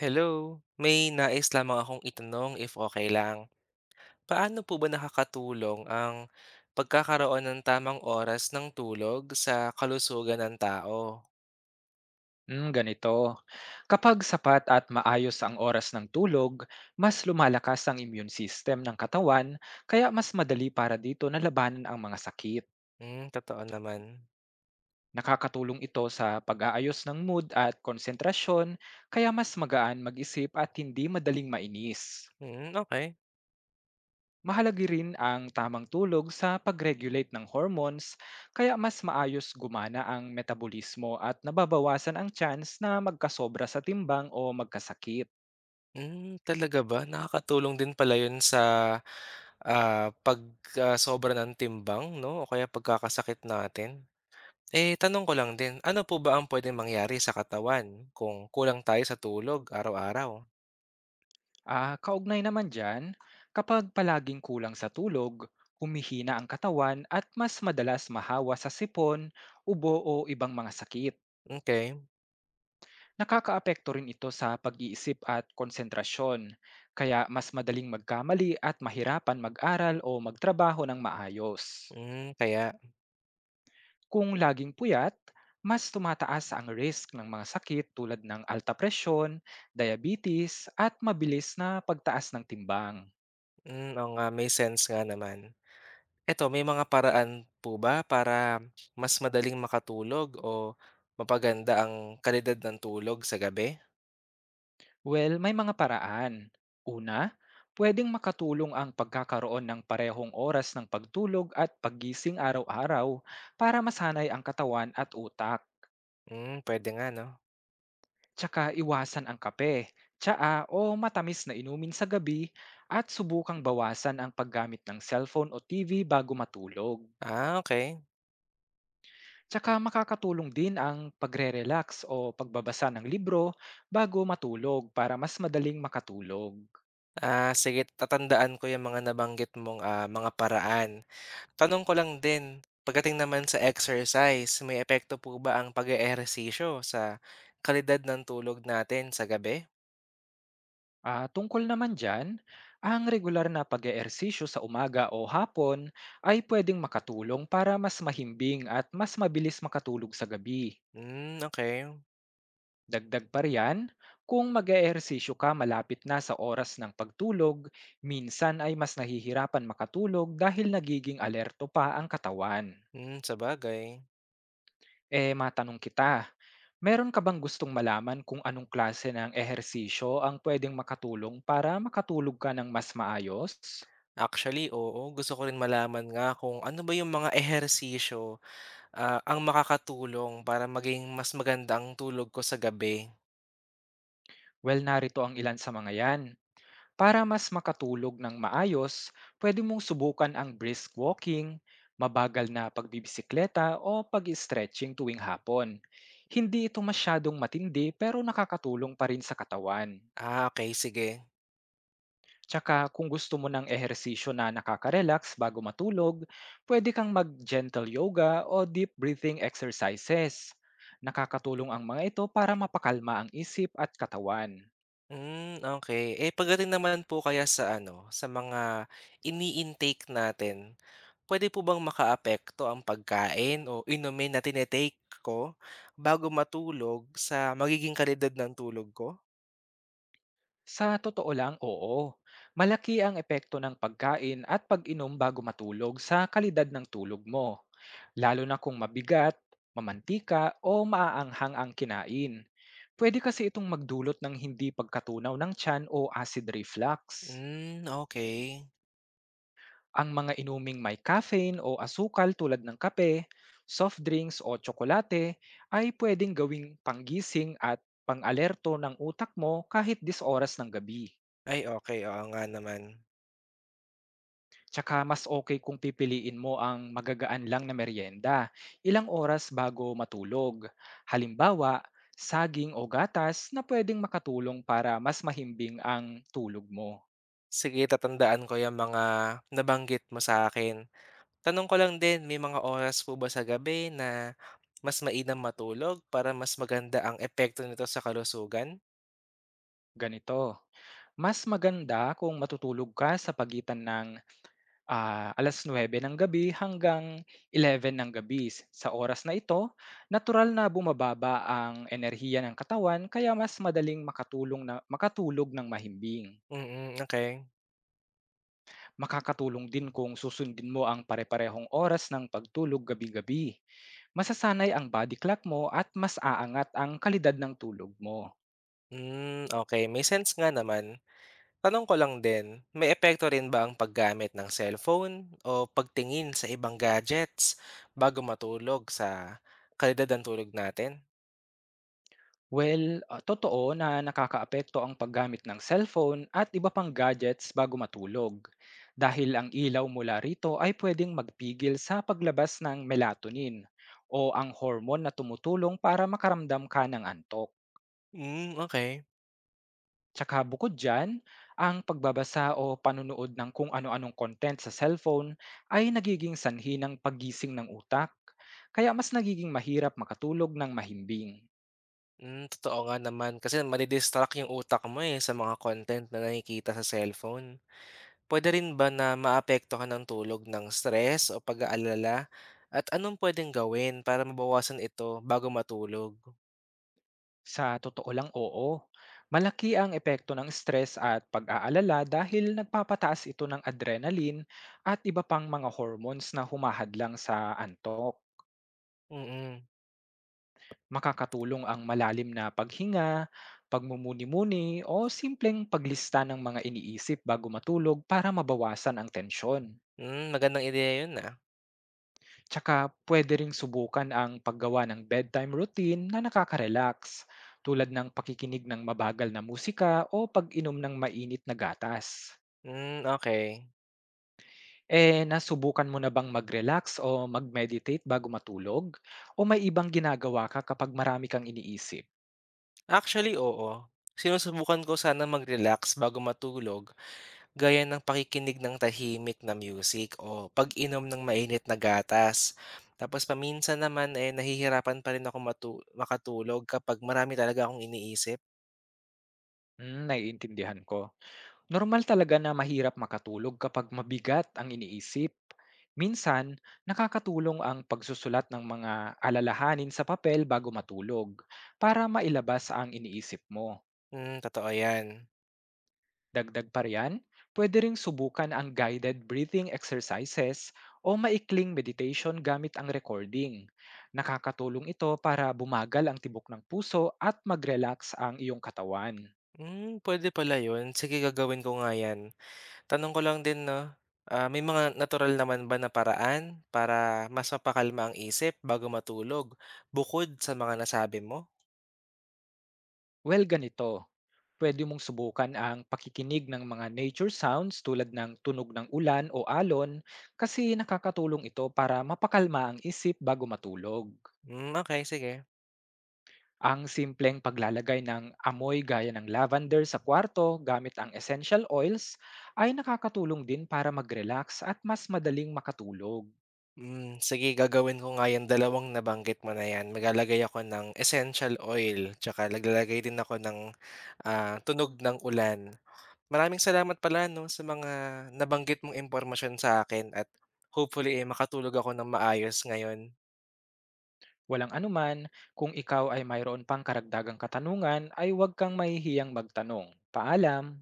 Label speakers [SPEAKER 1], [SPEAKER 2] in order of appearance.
[SPEAKER 1] Hello, may nais lamang akong itanong if okay lang. Paano po ba nakakatulong ang pagkakaroon ng tamang oras ng tulog sa kalusugan ng tao?
[SPEAKER 2] Hmm, ganito. Kapag sapat at maayos ang oras ng tulog, mas lumalakas ang immune system ng katawan, kaya mas madali para dito na labanan ang mga sakit.
[SPEAKER 1] Hmm, totoo naman.
[SPEAKER 2] Nakakatulong ito sa pag-aayos ng mood at konsentrasyon, kaya mas magaan mag-isip at hindi madaling mainis.
[SPEAKER 1] Hmm, okay.
[SPEAKER 2] Mahalaga rin ang tamang tulog sa pag-regulate ng hormones, kaya mas maayos gumana ang metabolismo at nababawasan ang chance na magkasobra sa timbang o magkasakit.
[SPEAKER 1] Hmm, talaga ba? Nakakatulong din pala yun sa, pagkasobra ng timbang 'no o kaya pagkakasakit natin. Eh, tanong ko lang din, ano po ba ang puwedeng mangyari sa katawan kung kulang tayo sa tulog araw-araw?
[SPEAKER 2] Ah, kaugnay naman dyan, kapag palaging kulang sa tulog, humihina ang katawan at mas madalas mahawa sa sipon, ubo o ibang mga sakit.
[SPEAKER 1] Okay.
[SPEAKER 2] Nakakaapekto rin ito sa pag-iisip at konsentrasyon, kaya mas madaling magkamali at mahirapan mag-aral o magtrabaho ng maayos.
[SPEAKER 1] Hmm, kaya.
[SPEAKER 2] Kung laging puyat, mas tumataas ang risk ng mga sakit tulad ng alta presyon, diabetes at mabilis na pagtaas ng timbang.
[SPEAKER 1] Hmm, oo nga, may sense nga naman. Eto, may mga paraan po ba para mas madaling makatulog o mapaganda ang kalidad ng tulog sa gabi?
[SPEAKER 2] Well, may mga paraan. Una, pwedeng makatulong ang pagkakaroon ng parehong oras ng pagtulog at paggising araw-araw para masanay ang katawan at utak.
[SPEAKER 1] Hmm, puwede nga 'no.
[SPEAKER 2] Tsaka iwasan ang kape, tsaa o matamis na inumin sa gabi at subukang bawasan ang paggamit ng cellphone o TV bago matulog.
[SPEAKER 1] Ah, okay.
[SPEAKER 2] Tsaka makakatulong din ang pagre-relax o pagbabasa ng libro bago matulog para mas madaling makatulog.
[SPEAKER 1] Ah, sige tatandaan ko yung mga nabanggit mong, mga paraan. Tanong ko lang din, pagdating naman sa exercise, may epekto po ba ang pag-eehersisyo sa kalidad ng tulog natin sa gabi?
[SPEAKER 2] Ah, tungkol naman dyan, ang regular na pag-eehersisyo sa umaga o hapon ay pwedeng makatulong para mas mahimbing at mas mabilis makatulog sa gabi.
[SPEAKER 1] Hmm, okey.
[SPEAKER 2] Dagdag pa riyan, kung mag-eehersisyo ka malapit na sa oras ng pagtulog, minsan ay mas nahihirapan makatulog dahil nagiging alerto pa ang katawan.
[SPEAKER 1] Hmm, bagay.
[SPEAKER 2] Eh matanong kita, meron ka bang gustong malaman kung anong klase ng ehersisyo ang pwedeng makatulong para makatulog ka ng mas maayos?
[SPEAKER 1] Actually, oo. Gusto ko rin malaman nga kung ano ba yung mga ehersisyo, ang makakatulong para maging mas maganda ang tulog ko sa gabi.
[SPEAKER 2] Well, narito ang ilan sa mga yan. Para mas makatulog ng maayos, pwede mong subukan ang brisk walking, mabagal na pagbibisikleta o pag-stretching tuwing hapon. Hindi ito masyadong matindi pero nakakatulong pa rin sa katawan.
[SPEAKER 1] Ah, okay sige.
[SPEAKER 2] Tsaka kung gusto mo ng ehersisyo na nakaka-relax bago matulog, pwede kang mag-gentle yoga o deep breathing exercises. Nakakatulong ang mga ito para mapakalma ang isip at katawan.
[SPEAKER 1] Hmm, okay. Eh, pagdating naman po kaya sa ano, sa mga ini-intake natin, pwede po bang makaapekto ang pagkain o inumin na tini ko bago matulog sa magiging kalidad ng tulog ko?
[SPEAKER 2] Sa totoo lang, oo. Malaki ang epekto ng pagkain at pag-inom bago matulog sa kalidad ng tulog mo, lalo na kung mabigat, mamantika o maaanghang ang kinain. Pwede kasi itong magdulot ng hindi pagkatunaw ng tiyan o acid reflux.
[SPEAKER 1] Hmm, okay.
[SPEAKER 2] Ang mga inuming may caffeine o asukal tulad ng kape, soft drinks o tsokolate ay pwedeng gawing panggising at pangalerto ng utak mo kahit 10 oras ng gabi.
[SPEAKER 1] Ay, okay. Oo nga naman.
[SPEAKER 2] Tsaka mas okay kung pipiliin mo ang magagaan lang na merienda ilang oras bago matulog. Halimbawa, saging o gatas na pwedeng makatulong para mas mahimbing ang tulog mo.
[SPEAKER 1] Sige, tatandaan ko 'yang mga nabanggit mo sa'kin. Tanong ko lang din, may mga oras po ba sa gabi na mas mainam matulog para mas maganda ang epekto nito sa kalusugan?
[SPEAKER 2] Ganito, mas maganda kung matutulog ka sa pagitan ng 9:00 ng gabi hanggang 11:00 ng gabi. Sa oras na ito, natural na bumababa ang enerhiya ng katawan kaya mas madaling makatulong na makatulog ng mahimbing.
[SPEAKER 1] Mm, mm, okay.
[SPEAKER 2] Makakatulong din kung susundin mo ang pare-parehong oras ng pagtulog gabi-gabi. Masasanay ang body clock mo at mas aangat ang kalidad ng tulog mo.
[SPEAKER 1] Hmm, okey, may sense nga naman. Tanong ko lang din, may epekto rin ba ang paggamit ng cellphone o pagtingin sa ibang gadgets bago matulog sa kalidad ng tulog natin?
[SPEAKER 2] Well, totoo na nakakaapekto ang paggamit ng cellphone at iba pang gadgets bago matulog. Dahil ang ilaw mula rito ay pwedeng magpigil sa paglabas ng melatonin o ang hormone na tumutulong para makaramdam ka ng antok.
[SPEAKER 1] Hmm, okey.
[SPEAKER 2] Tsaka bukod diyan, ang pagbabasa o panonood ng kung ano-anong content sa cellphone ay nagiging sanhi ng paggising ng utak, kaya mas nagiging mahirap makatulog ng mahimbing.
[SPEAKER 1] Hmm, totoo nga naman kasi madi yung utak mo, eh, sa mga content na nakikita sa cellphone. Puwede rin ba na maapektuhan ng tulog ng stress o pag-aalala at anong pwedeng gawin para mabawasan ito bago matulog?
[SPEAKER 2] Sa totoo lang oo, malaki ang epekto ng stress at pag-aalala dahil nagpapataas ito ng adrenaline at iba pang mga hormones na humahadlang sa antok.
[SPEAKER 1] Mm-mm. Mm.
[SPEAKER 2] Makakatulong ang malalim na paghinga, pagmumuni-muni o simpleng paglista ng mga iniisip bago matulog para mabawasan ang tensyon.
[SPEAKER 1] Hmm, magandang ideya 'yun, ah.
[SPEAKER 2] Tsaka pwede ring subukan ang paggawa ng bedtime routine na nakaka-relax tulad ng pakikinig ng mabagal na musika o pag-inom ng mainit na gatas.
[SPEAKER 1] Hmm, okay.
[SPEAKER 2] Eh, nasubukan mo na bang mag-relax o mag-meditate bago matulog? O may ibang ginagawa ka kapag marami kang iniisip?
[SPEAKER 1] Actually, oo. Sinusubukan ko sana mag-relax bago matulog, gaya ng pakikinig ng tahimik na music o pag-inom ng mainit na gatas. Tapos paminsan naman, eh, nahihirapan pa rin ako makatulog kapag marami talaga akong iniisip.
[SPEAKER 2] Hmm, naiintindihan ko. Normal talaga na mahirap makatulog kapag mabigat ang iniisip. Minsan, nakakatulong ang pagsusulat ng mga alalahanin sa papel bago matulog para mailabas ang iniisip mo.
[SPEAKER 1] Hmm, totoo yan.
[SPEAKER 2] Dagdag pa riyan, pwede ring subukan ang guided breathing exercises o maikling meditation gamit ang recording. Nakakatulong ito para bumagal ang tibok ng puso at mag-relax ang iyong katawan.
[SPEAKER 1] Hmm, puwede pala yun. Sige, gagawin ko nga yan. Tanong ko lang din 'no, may mga natural naman ba na paraan para mas mapakalma ang isip bago matulog, bukod sa mga nasabi mo?
[SPEAKER 2] Well, ganito, pwede mong subukan ang pakikinig ng mga nature sounds tulad ng tunog ng ulan o alon kasi nakakatulong ito para mapakalma ang isip bago matulog.
[SPEAKER 1] Hmm, okay sige.
[SPEAKER 2] Ang simpleng paglalagay ng amoy gaya ng lavender sa kwarto gamit ang essential oils ay nakakatulong din para mag-relax at mas madaling makatulog.
[SPEAKER 1] Hmm, sige gagawin ko nga 'yang dalawang nabanggit mo na 'yan. Maglalagay ako ng essential oil tsaka naglalagay din ako ng, tunog ng ulan. Maraming salamat pala 'no, sa mga nabanggit mong impormasyon sa akin at hopefully, eh, makatulog ako ng maayos ngayon.
[SPEAKER 2] Walang anuman, kung ikaw ay mayroon pang karagdagang katanungan ay huwag kang mahihiyang magtanong. Paalam!